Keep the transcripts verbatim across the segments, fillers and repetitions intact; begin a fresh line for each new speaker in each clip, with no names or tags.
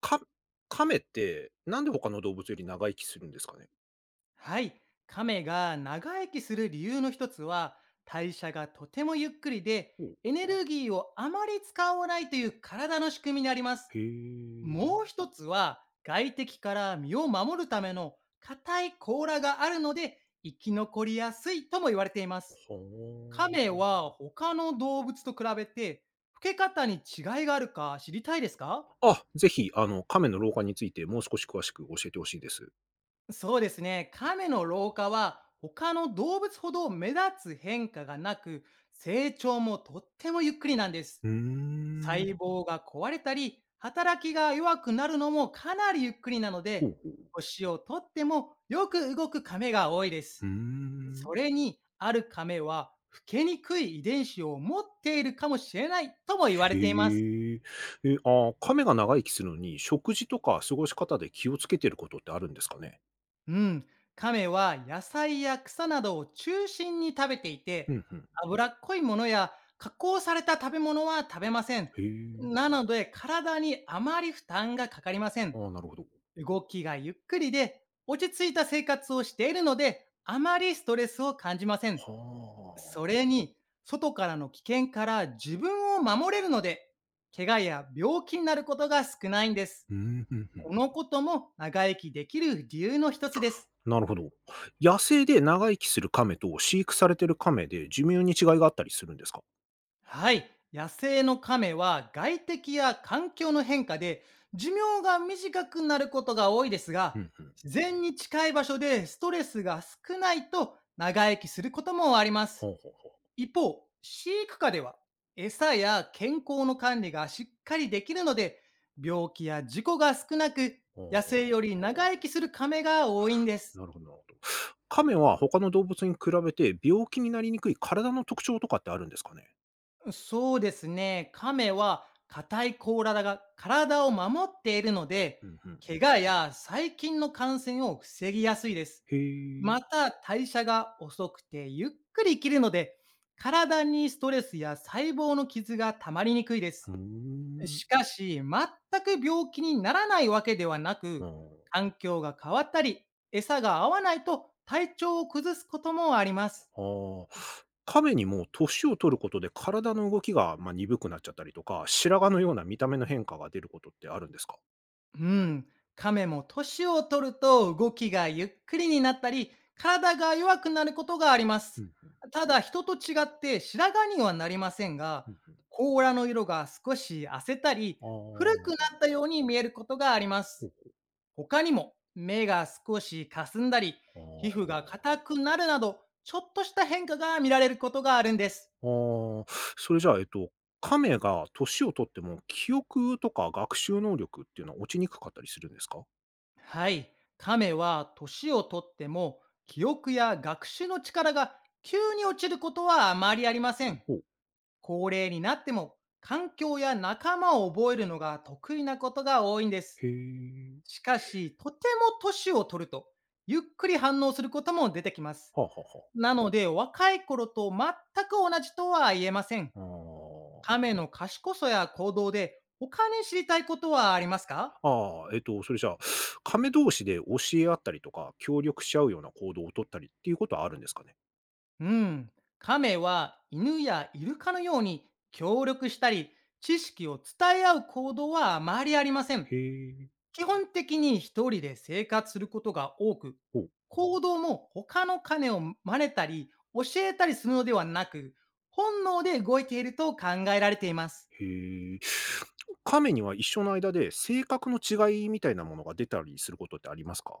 かカメって、なんで他の動物より長生きするんですかね？
はい。亀が長生きする理由の一つは、代謝がとてもゆっくりで、
ほう。
エネルギーをあまり使わないという体の仕組みにあります。
へえ。
もう一つは、外敵から身を守るための硬い甲羅があるので、生き残りやすいとも言われています。
ほお。
亀は他の動物と比べて、老け方に違いがあるか知りたいですか？
あ、ぜひ、あの、カメの老化についてもう少し詳しく教えて欲しいです。
そうですね。亀の老化は他の動物ほど目立つ変化がなく、成長もとってもゆっくりなんです。
うーん。
細胞が壊れたり、働きが弱くなるのもかなりゆっくりなの
ほう
で、
ほう。
年をとってもよく動く亀が多いで
うー
す。そ
ん。
れに、ある亀は老けにくい遺伝子を持っているかもしれないとも言われています。
へえ。え、ああ、カメが長生きするのに、食事とか過ごし方で気をつけてることってあるんですかね？
うん、亀は野菜や草などを中心に食べてい
う
て、
ん、ふん。
脂っこいものや加工された食べ物は食べません。
へえ。
なので体にあまり負担がかかりません。
ああ、なるほど。
動きがゆっくりで落ち着いた生活をしているので、あまりストレスを感じません。
は
そ
あ。
れに、外からの危険から自分を守れるので、怪我や病気になることが少ないんです。
うん、ふんふん。
このことも長生きできる理由の一つです。
なるほど。野生で長生きする亀と飼育されてる亀で寿命に違いがあったりするんですか？
はい。野生の亀は外敵や環境の変化で寿命が短くなることが多いです
う
が、
んうん。
自然に近い場所でストレスが少ないと長生きすることもあります。
ほうほう
一方、飼育下では餌や健康の管理がしっかりできるので、病気や事故が少なく、野
ほ
生よ
う。
り長生
ほ
きする亀が多いんで
う、
す。
なるほど、なるほど。亀は他の動物に比べて病気になりにくい体の特徴とかってあるんですかね？
そうですね。亀は硬い甲羅が体を守っているので、
うんうん。
怪我や細菌の感染を防ぎやすいです。
へえ。
また、代謝が遅くてゆっくり生きるので、体にストレスや細胞の傷が溜まりにくいです。
うーん。
しかし、全く病気にならないわけではな
あ
く、環境が変わったり、餌が合わないと体調を崩すこともあります。
あ。あー、亀にも年を取ることで体の動きが、まあ、鈍くなっちゃったりとか、白髪のような見た目の変化が出ることってあるんですか？
うん、亀も年を取ると動きがゆっくりになったり、体が弱くなることがありま
う
す。
ん、ふん、
ただ人と違って白髪にはなりませんが、
うんうん、う
甲羅の色が少し褪せたり、
んうん、あ
古くなった
ー、
ように見えることがあります。他にも目が少し霞んだり、皮膚
あ
が
あ。
硬くなるなど、ちょっとした変化が見られることがあるんです。
ああ、それじゃあ、えっと、亀が年を取っても、記憶とか学習能力っていうのは落ちにくかったりするんですか？
はい。亀は年をとっても記憶や学習の力が急に落ちることはあまりありません。
ほう。
高齢になっても環境や仲間を覚えるのが得意なことが多いんです。
へえ。
しかし、とても年を取ると、ゆっくり反応することも出てきます。
はあはあはあ。
なので、若い頃と全く同じとは言えません。
あー、
亀の賢さや行動で他に知りたいことはありますか？
あー。あ、えっと、それじゃあ、亀同士で教え合ったりとか、協力し合うような行動を取ったりっていうことはあるんですかね？
うん、亀は犬やイルカのように協力したり、知識を伝え合う行動はあまりありません。
へえ。
基本的に一人で生活することが多く、
ほう。
行動も他の亀を真似たり、教えたりするのではなく、本能で動いていると考えられています。
へえ。亀には一緒の間で、性格の違いみたいなものが出たりすることってありますか？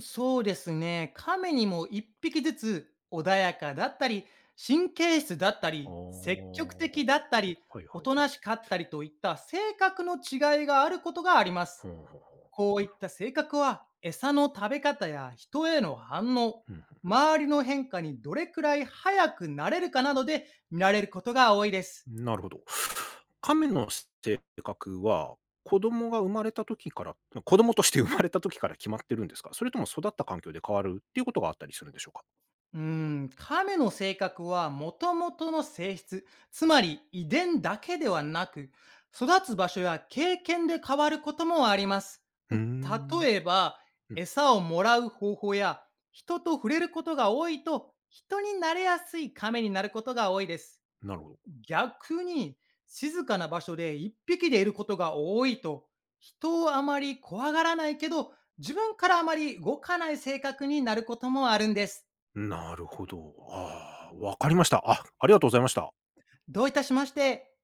そうですね。亀にもいっぴきずつ穏やかだったり、神経質だった
ああー、
り、積極的だったり、
はい
お
はい。
となしかったりといった性格の違いがあることがあります。
はあはあはあ。
こういった性格は餌の食べ方や人への反応、
うん。
周りの変化にどれくらい早くなれるかなどで見られることが多いです。
なるほど。亀の性格は、子供が生まれた時から、ま子供として生まれた時から決まってるんですか？それとも育った環境で変わるっていうことがあったりするんでしょうか？
うーん、亀の性格はもともとの性質、つまり遺伝だけではなく、育つ場所や経験で変わることもあります。
うーん。
例えば、
うん、
餌をもらう方法や人と触れることが多いと、人になれやすい亀になることが多いです。
なるほど。
逆に、静かな場所で一匹でいることが多いと、人をあまり怖がらないけど、自分からあまり動かない性格になることもあるんです。
なるほど。ああ、わかりました。あ、ありがとうございました。
どういたしまして。